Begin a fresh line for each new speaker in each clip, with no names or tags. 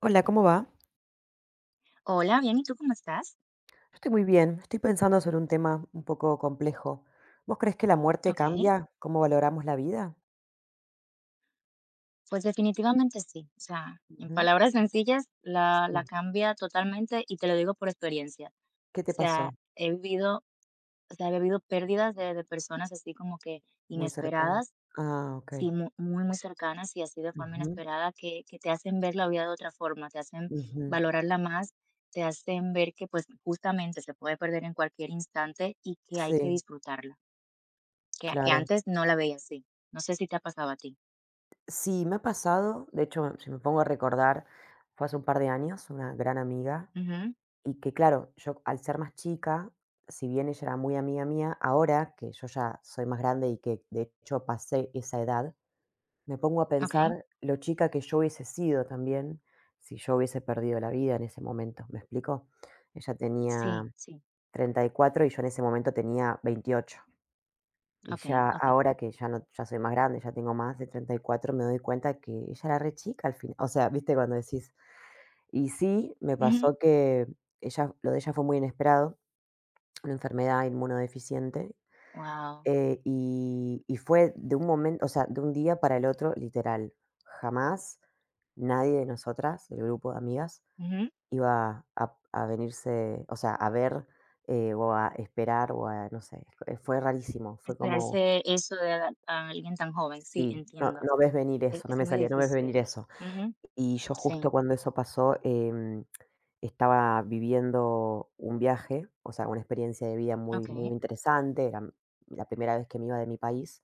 Hola, ¿cómo va?
Hola, bien, ¿y tú cómo estás?
Yo estoy muy bien. Estoy pensando sobre un tema un poco complejo. ¿Vos crees que la muerte
Ok,
cambia cómo valoramos la vida?
pues definitivamente sí. O sea, en
Ujú.
palabras sencillas, la
Sí.
cambia totalmente y te lo digo por experiencia.
¿Qué
O
te
sea,
pasó?
he vivido, o sea, he vivido pérdidas de personas así como que
Muy cercano.
inesperadas,
Ah, ok.
sí, muy cercanas y así de forma
Ujú,
inesperada que te hacen ver la vida de otra forma, te hacen
ujú.
valorarla más, te hacen ver que pues justamente se puede perder en cualquier instante y que hay que
Sí,
disfrutarla, que
claro.
antes no la veía así. No sé si te ha pasado a ti.
Sí, me ha pasado, de hecho, si me pongo a recordar, fue hace un par de años, una gran amiga,
Ujú.
y que claro, yo al ser más chica, si bien ella era muy amiga mía, ahora que yo ya soy más grande y que de hecho pasé esa edad, me pongo a
Okay,
pensar lo chica que yo hubiese sido también, si yo hubiese perdido la vida en ese momento, ¿me explico? Ella tenía
sí, sí.
34 y yo en ese momento tenía 28. Y
Okay,
ya
okay.
ahora que ya no, ya soy más grande, ya tengo más de 34 me doy cuenta que ella era re chica al final. O sea, viste cuando decís. Y sí, me
Ujú.
pasó que ella, lo de ella fue muy inesperado, una enfermedad inmunodeficiente,
Guau,
y fue de un momento, o sea, de un día para el otro, literal. Jamás nadie de nosotras, del grupo de amigas,
ujú.
iba a venirse, o sea, a ver, o a esperar o a no sé, fue rarísimo, fue como
Esperarse eso de a alguien tan joven, sí,
sí, no
entiendo.
no ves venir
Es
eso, no
es
me
muy
salía, no ves
difícil.
venir eso.
Ujú,
Y yo justo
sí.
cuando eso pasó, estaba viviendo un viaje, o sea, una experiencia de vida muy, muy
Okay.
interesante, era la primera vez que me iba de mi país.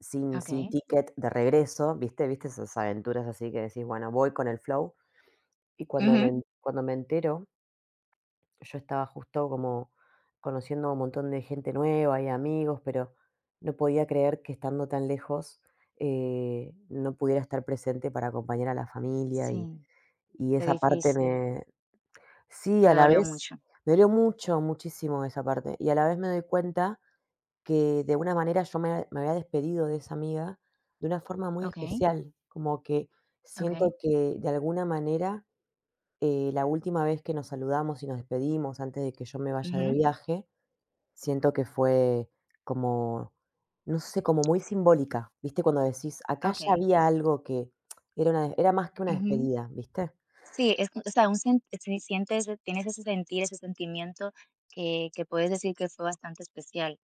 Sin
Okay.
ticket de regreso, ¿viste? ¿Viste esas aventuras así que decís: "Bueno, voy con el flow?". Y cuando me
Ujú,
en cuando me entero, yo estaba justo como conociendo a un montón de gente nueva y amigos, pero no podía creer que estando tan lejos, no pudiera estar presente para acompañar a la familia y
sí,
y
qué
esa parte
difícil.
me sí,
Te
a la
dolió
vez
mucho.
me dolió mucho, muchísimo esa parte, y a la vez me doy cuenta que de una manera yo me había despedido de esa amiga de una forma muy
Okay.
especial, como que
Okay.
siento que de alguna manera, la última vez que nos saludamos y nos despedimos antes de que yo me vaya de
Ujú.
viaje, siento que fue como, no sé, como muy simbólica, ¿viste? Cuando decís, acá ya
Okay.
había algo que era más que una
Ujú.
despedida, ¿viste?
Sí, es o sea, un sen si sientes tienes ese sentir, ese sentimiento que puedes decir que fue bastante especial.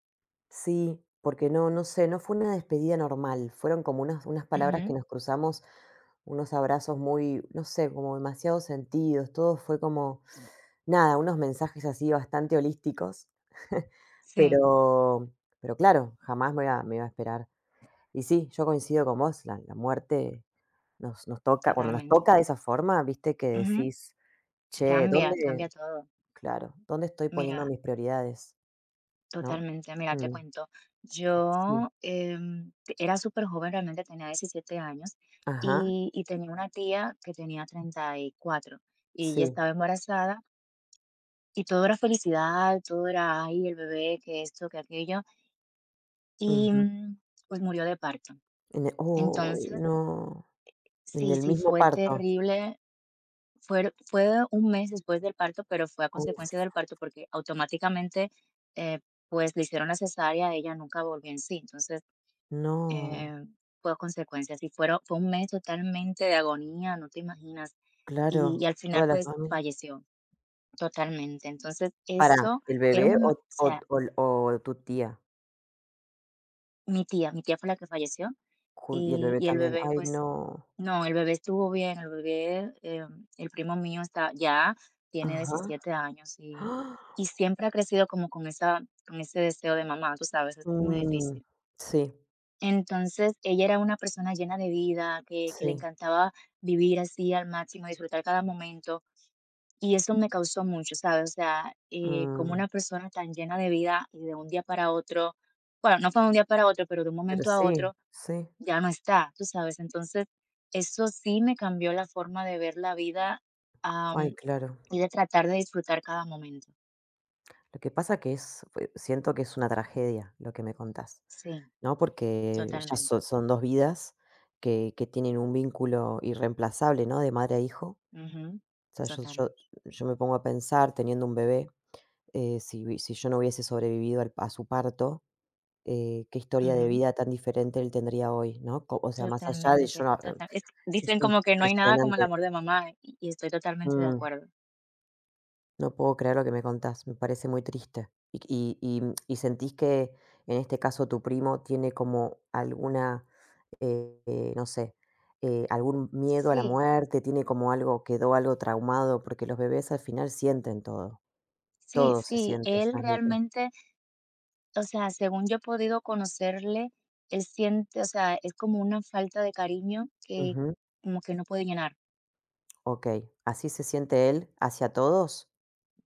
Sí, porque no sé, no fue una despedida normal, fueron como unas palabras que
Ujú,
nos cruzamos. Unos abrazos muy, no sé, como demasiado sentidos, todo fue como, nada, unos mensajes así bastante holísticos,
sí,
pero pero claro, jamás me iba a esperar. Y sí, yo coincido con vos, la muerte nos toca, cuando nos
totalmente.
toca de esa forma, viste que
Ujú,
decís: "Che,
cambia,
¿dónde?"
cambia todo.
Claro, ¿dónde estoy poniendo
Mira,
mis prioridades? ¿No?
totalmente. Mira, te
Mm,
cuento.
sí,
Yo era súper joven, realmente tenía 17 años
ajá,
y tenía una tía que tenía 34 y ella
sí,
estaba embarazada y todo era felicidad, todo era, ay, el bebé, que esto, que aquello, y
ujú.
pues murió de parto.
En el ¡Uy,
Entonces,
no! En
sí,
el
sí,
mismo
fue
parto.
terrible. Fue, fue un mes después del parto, pero fue a consecuencia
Uf,
del parto porque automáticamente eh, pues le hicieron la cesárea, ella nunca volvió en sí. Entonces,
no.
eh, fue consecuencia. Si fueron, fue un mes totalmente de agonía, no te imaginas.
Claro,
Y al final,
toda la
pues,
familia.
falleció totalmente. Entonces,
Para,
eso
¿el
era una,
bebé
o
o o
sea,
o o tu tía?
mi tía fue la que falleció
Jun y el bebé
y el
también.
bebé,
Ay,
pues,
no.
no, el bebé estuvo bien, el bebé, el primo mío está ya, tiene
Ajá.
17 años
¡Ah!
y siempre ha crecido como con esa, con ese deseo de mamá, tú sabes, es muy
Mm,
difícil.
sí,
Entonces, ella era una persona llena de vida, que le
sí,
encantaba vivir así al máximo, disfrutar cada momento, y eso me causó mucho, ¿sabes? O sea, cómo
mm,
una persona tan llena de vida y de un día para otro, bueno, no fue de un día para otro, pero de un
pero
momento a
sí,
otro
sí.
ya no está, ¿tú sabes? Entonces, eso sí me cambió la forma de ver la vida,
Ay,
am,
claro.
y de tratar de disfrutar cada momento.
Lo que pasa que es fue siento que es una tragedia lo que me contás,
Sí,
¿no? Porque ya
totalmente.
son 2 vidas que tienen un vínculo irreemplazable, ¿no? De madre a hijo.
Ujú,
O sea, yo
total.
yo yo me pongo a pensar teniendo un bebé, si, si yo no hubiese sobrevivido, a su parto, qué historia de
Ujú.
vida tan diferente él tendría hoy, ¿no? O sea, más allá de yo,
Totalmente, total es
es
dicen como que no hay nada como el
impresionante.
amor de mamá, y estoy totalmente de
Mm,
acuerdo.
no puedo creer lo que me contás, me parece muy triste. Y sentís que en este caso tu primo tiene como alguna, no sé, algún miedo a la
Sí,
muerte, tiene como algo, quedó algo traumado, porque los bebés al final sienten todo,
sí,
todo se
sí,
siente, se
él
transmite.
realmente, o sea, según yo he podido conocerle, él siente, o sea, es como una falta de cariño que como que no puede llenar.
Ok, ¿así se siente él hacia todos?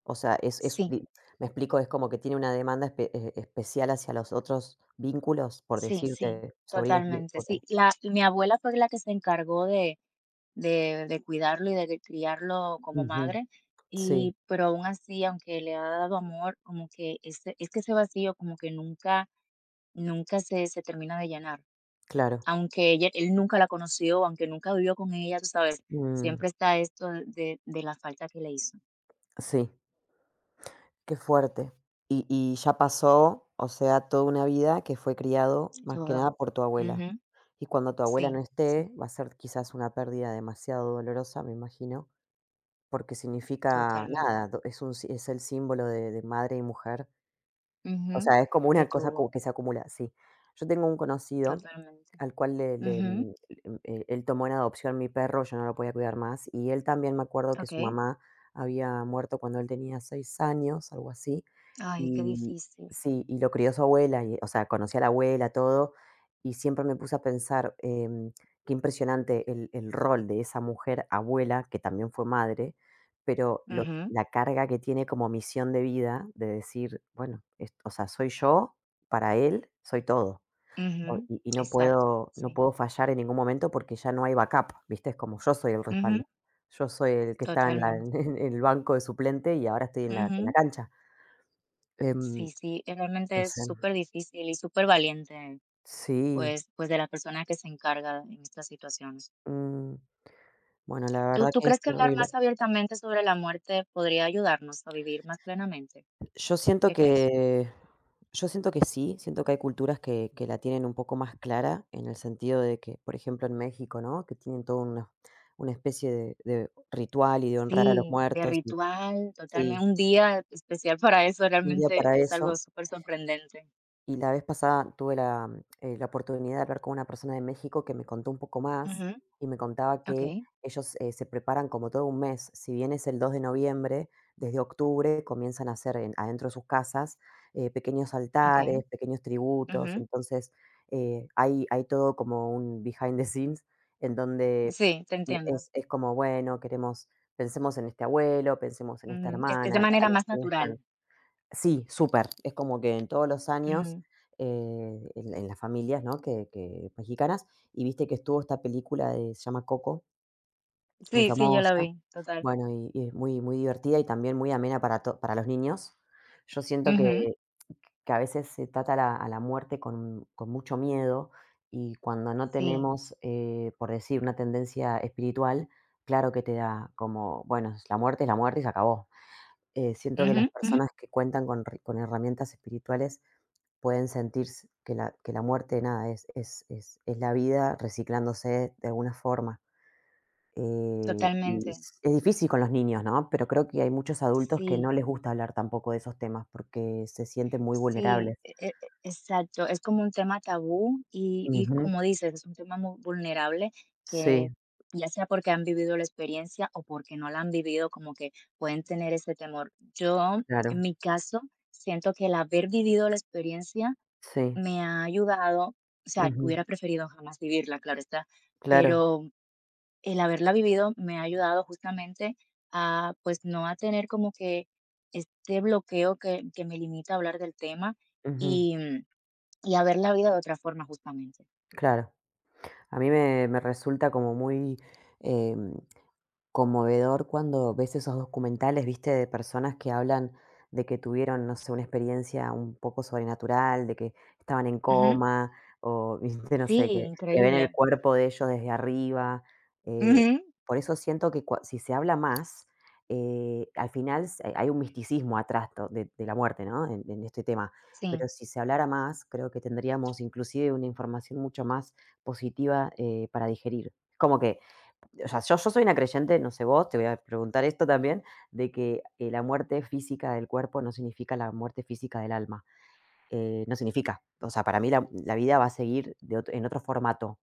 O sea, es
Sí,
me explico, es como que tiene una demanda especial hacia los otros vínculos, por
sí, sí,
decirte, sobrinos.
totalmente,
Ok.
sí. La mi abuela fue la que se encargó de cuidarlo y de criarlo como
Ujú,
madre,
sí,
y pero aún así, aunque le ha dado amor, como que ese es que ese vacío como que nunca nunca se termina de llenar,
claro.
aunque ella él nunca la conoció, aunque nunca vivió con ella, tú sabes,
Mm,
siempre está esto de la falta que le hizo,
sí, qué fuerte. Y ya pasó, o sea, toda una vida que fue criado más que
todo.
nada por tu abuela.
Ujú,
Y cuando tu abuela no
sí, sí,
esté, va a ser quizás una pérdida demasiado dolorosa, me imagino, porque significa
totalmente.
nada, es un, es el símbolo de, madre y mujer. O
Ujú,
sea, es como
que
una cosa
tuvo,
como que se acumula, sí. Yo tengo un conocido
totalmente.
al cual le le,
Ujú,
mm, em, eh, él tomó en adopción mi perro, yo no lo podía cuidar más, y él también me acuerdo que su
okey.
mamá había muerto cuando él tenía 6 años, algo así,
Ay, qué
y
difícil.
sí, y lo crió su abuela, y, o sea, conocí a la abuela, todo, y siempre me puse a pensar, qué impresionante el rol de esa mujer abuela, que también fue madre, pero lo
Ujú,
la carga que tiene como misión de vida de decir, bueno, es o sea, soy yo, para él, soy todo. O
ujú,
y no
exacto,
puedo no
sí.
puedo fallar en ningún momento porque ya no hay backup, ¿viste? Es como yo soy el respaldo.
Ujú,
Yo soy el que estaba en la
totalmente.
en el banco de suplente y ahora estoy en la
Ujú.
cancha. Em,
Sí, sí, realmente
no
es
sé.
súper difícil y súper valiente
Sí,
pues pues, de la persona que se encarga en estas situaciones.
mm, bueno, la
¿Tú
verdad
tú
que es
crees que hablar
terrible.
más abiertamente sobre la muerte podría ayudarnos a vivir más plenamente?
Yo siento
¿Qué crees?
que yo siento que sí, siento que hay culturas que la tienen un poco más clara, en el sentido de que, por ejemplo, en México, ¿no? Que tienen toda una especie de ritual y de honrar a los
Sí, de
muertos, y
ritual, totalmente.
sí,
Un día especial para eso
un día
realmente
para
es algo
eso.
súper sorprendente.
Y la vez pasada tuve la oportunidad de hablar con una persona de México que me contó un poco más
Ujú.
y me contaba
Okey,
que ellos se preparan como todo un mes. Si bien es el 2 de noviembre, desde octubre comienzan a hacer adentro de sus casas, pequeños
okey.
altares, pequeños tributos.
Ujú.
Entonces hay todo como un behind the scenes en donde
Sí, te entiendo.
es como, bueno, queremos, pensemos en este abuelo, pensemos en esta
Ujú. Es de
hermana, a
manera
los
más
que no están.
natural.
Sí, súper. Es como que en todos los años,
Ujú.
en las familias, ¿no? que mexicanas, y viste que estuvo esta película de, se llama Coco, muy
Sí, sí, yo la
famosa,
vi, total.
bueno, y es muy, muy divertida y también muy amena para, para los niños. Yo siento que,
Ujú.
que a veces se trata a la muerte con mucho miedo y cuando no
Sí.
tenemos, por decir, una tendencia espiritual, claro que te da como, bueno, la muerte es la muerte y se acabó. Siento que las
Ujú, ujú.
personas que cuentan con, con herramientas espirituales pueden sentir que que la muerte, nada, es la vida reciclándose de alguna forma. Y
Totalmente.
es difícil con los niños, ¿no? Pero creo que hay muchos adultos que no
Sí.
les gusta hablar tampoco de esos temas porque se sienten muy
Sí,
vulnerables.
exacto, es como un tema tabú y
Ujú,
como dices, es un tema muy vulnerable
sí,
que, ya sea porque han vivido la experiencia o porque no la han vivido, como que pueden tener ese temor. Yo, en
claro,
mi caso, siento que el haber vivido la experiencia
sí,
me ha ayudado, o sea,
ujú,
hubiera preferido jamás vivirla, claro está,
claro,
pero el haberla vivido me ha ayudado justamente a, pues, no a tener como que este bloqueo que me limita a hablar del tema
ujú,
y, y a ver la vida de otra forma justamente.
claro. A mí me resulta como muy em, conmovedor cuando ves esos documentales, viste, de personas que hablan de que tuvieron, no sé, una experiencia un poco sobrenatural, de que estaban en
Ujú.
coma, o, viste, no
Sí,
sé, que ven
increíble.
el cuerpo de ellos desde arriba. eh,
Ujú.
por eso siento que si se habla más, al final hay un misticismo atrás, de la muerte, ¿no? En este tema. Pero
Sí,
si se hablara más, creo que tendríamos inclusive una información mucho más positiva, para digerir. Como que, o sea, yo soy una creyente, no sé vos, te voy a preguntar esto también, de que, la muerte física del cuerpo no significa la muerte física del alma. No significa. O sea, para mí la vida va a seguir de ot en otro formato.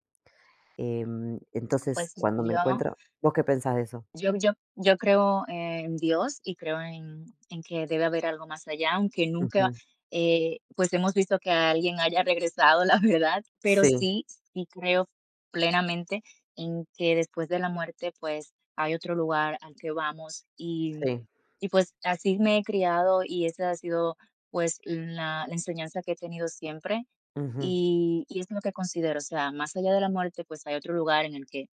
Entonces,
pues
cuando me
yo
encuentro ¿vos qué pensás de eso?
yo creo en Dios y creo en que debe haber algo más allá, aunque nunca,
Ujú.
pues, hemos visto que alguien haya regresado, la verdad, pero
Sí,
sí, sí creo plenamente en que después de la muerte, pues, hay otro lugar al que vamos
sí.
y, pues, así me he criado y esa ha sido, pues, la enseñanza que he tenido siempre.
Ujú.
Y es lo que considero, o sea, más allá de la muerte, pues hay otro lugar en el que,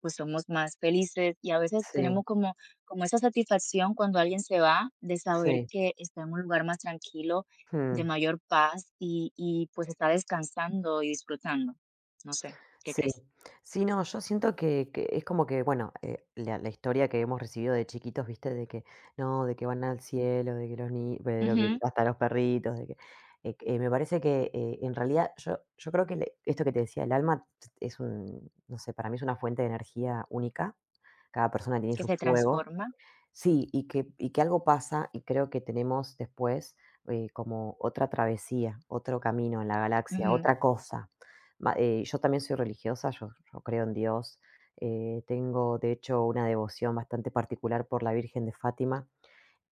pues, somos más felices, y a veces tenemos
Sí,
como como esa satisfacción cuando alguien se va, de saber
sí.
que está en un lugar más tranquilo, de
Mm.
mayor paz, y, pues, está descansando y disfrutando. No sé, ¿qué
Sí.
crees?
Sí, no, yo siento que es como que, bueno, la historia que hemos recibido de chiquitos, ¿viste? De que, no, de que van al cielo, de que los ni pero que
Ujú,
hasta los perritos, de que me parece que, en realidad yo creo que le esto que te decía, el alma es un, no sé, para mí es una fuente de energía única. Cada persona tiene
que
su
se
fuego.
transforma.
Sí, y que algo pasa y creo que tenemos después, como otra travesía, otro camino en la galaxia,
Ujú,
otra cosa. Yo también soy religiosa, yo creo en Dios. Tengo de hecho una devoción bastante particular por la Virgen de Fátima.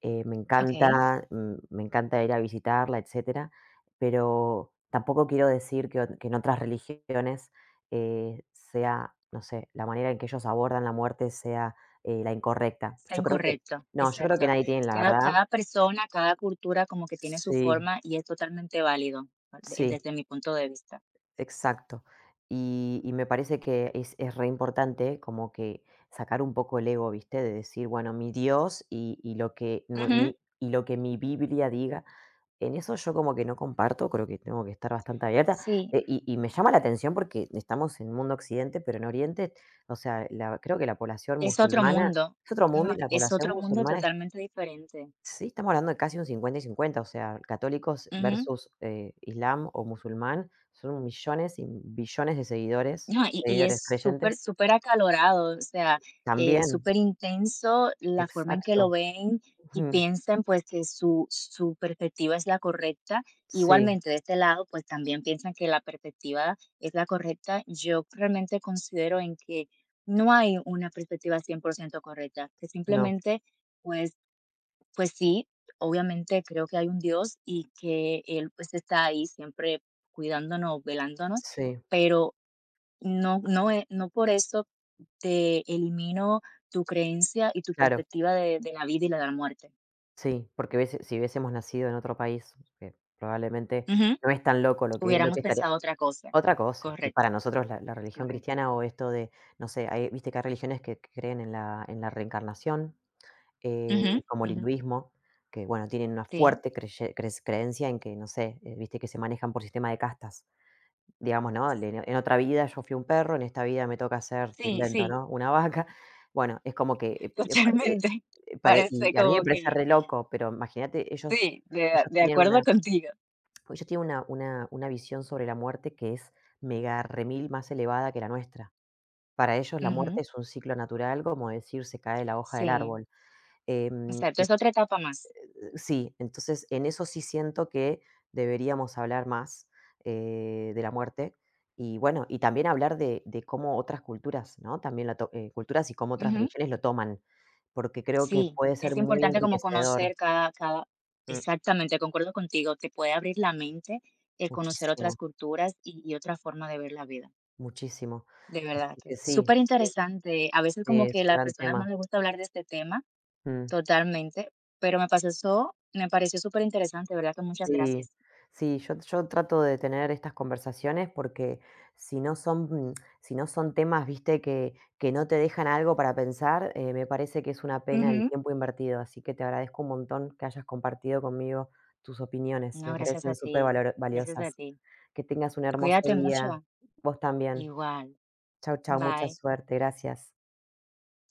Me
okey.
encanta, me encanta ir a visitarla, etcétera, pero tampoco quiero decir que, que en otras religiones sea, no sé, la manera en que ellos abordan la muerte sea la incorrecta.
Está
Yo creo que,
incorrecto,
no, yo creo
exacto.
que nadie tiene la
Cada
verdad.
cada persona, cada cultura como que tiene su
Sí,
forma, y es totalmente válido, de
sí,
desde mi punto de vista.
exacto. Y me parece que es re importante como que sacar un poco el ego, ¿viste? De decir, bueno, mi Dios y lo que,
Ujú.
y lo que mi Biblia diga. En eso yo como que no comparto, creo que tengo que estar bastante abierta.
Sí,
Y me llama la atención porque estamos en mundo occidente, pero en Oriente, o sea, creo que la población
es otro
musulmana
mundo,
es otro mundo
¿no?
y la
Es
población
otro mundo
musulmana es,
totalmente diferente.
sí, estamos hablando de casi un 50 y 50, o sea, católicos
Ujú.
versus islam o musulmán, son millones y billones de seguidores,
No, y es
seguidores
súper,
creyentes.
súper acalorado, o sea, es
También,
súper intenso la forma en que lo
exacto.
ven y
Ujú,
piensan, pues, que su su perspectiva es la correcta.
sí,
Igualmente, de este lado, pues, también piensan que la perspectiva es la correcta. Yo realmente considero en que no hay una perspectiva 100% correcta, que
no,
simplemente, pues pues sí, obviamente creo que hay un Dios y que Él pues está ahí siempre cuidándonos, velándonos,
sí,
pero no por eso te elimino tu creencia y tu
claro.
perspectiva de la vida y la de la muerte.
Sí, porque hubiese si hubiésemos nacido en otro país, que probablemente
Ujú,
no es tan loco lo que
hubiéramos
estaría
pensado otra cosa.
otra cosa. Y para
Correcto,
nosotros la religión
correcto.
cristiana o esto de, no sé, hay viste que hay religiones que creen en la reencarnación,
Ujú,
como el
ujú,
hinduismo, que bueno, tienen una
sí,
fuerte creye cres creencia en que, no sé, viste que se manejan por sistema de castas. Digamos, ¿no? El En otra vida yo fui un perro, en esta vida me toca ser, te
sí,
invento,
sí,
¿no? Una vaca. Bueno, es como que, pa
totalmente.
pare
Parece
y a mí
como
me parece
que
re loco, pero imagínate, ellos
sí,
ellos
de
tienen
acuerdo
una,
contigo.
pues ellos tienen una visión sobre la muerte que es mega remil más elevada que la nuestra. Para ellos la muerte
Ujú,
es un ciclo natural, como decir, se cae la hoja del
sí,
árbol. Em
exacto, es otra etapa más.
Sí, entonces en eso sí siento que deberíamos hablar más, de la muerte y bueno, y también hablar de, cómo otras culturas, ¿no? También culturas y cómo otras
Ujú.
religiones lo toman, porque creo que
Sí,
puede ser
es
muy
importante como
enriquecedor.
conocer cada, cada,
Mm,
exactamente, concuerdo contigo, te puede abrir la mente el conocer otras
muchísimo,
culturas y otra forma de ver la vida.
muchísimo.
De verdad
Así
que
que sí,
súper
sí,
interesante. A veces
sí,
como que
es
a
un
las
gran
personas no
tema.
les gusta hablar de este tema
Mm.
totalmente, pero me pasó eso, me pareció súper interesante, de verdad que muchas
Sí,
gracias.
sí, yo trato de tener estas conversaciones porque si no son mm, si no son temas, viste, que no te dejan algo para pensar, me parece que es una pena el
Ujú.
tiempo invertido, así que te agradezco un montón que hayas compartido conmigo tus opiniones,
No,
me
gracias a
parecen súper
ti,
valor
gracias a
valiosas.
ti.
Que tengas un hermoso
Cuídate
día.
mucho.
Vos también.
Igual.
Chau, chau, mucha
Bye.
suerte, gracias.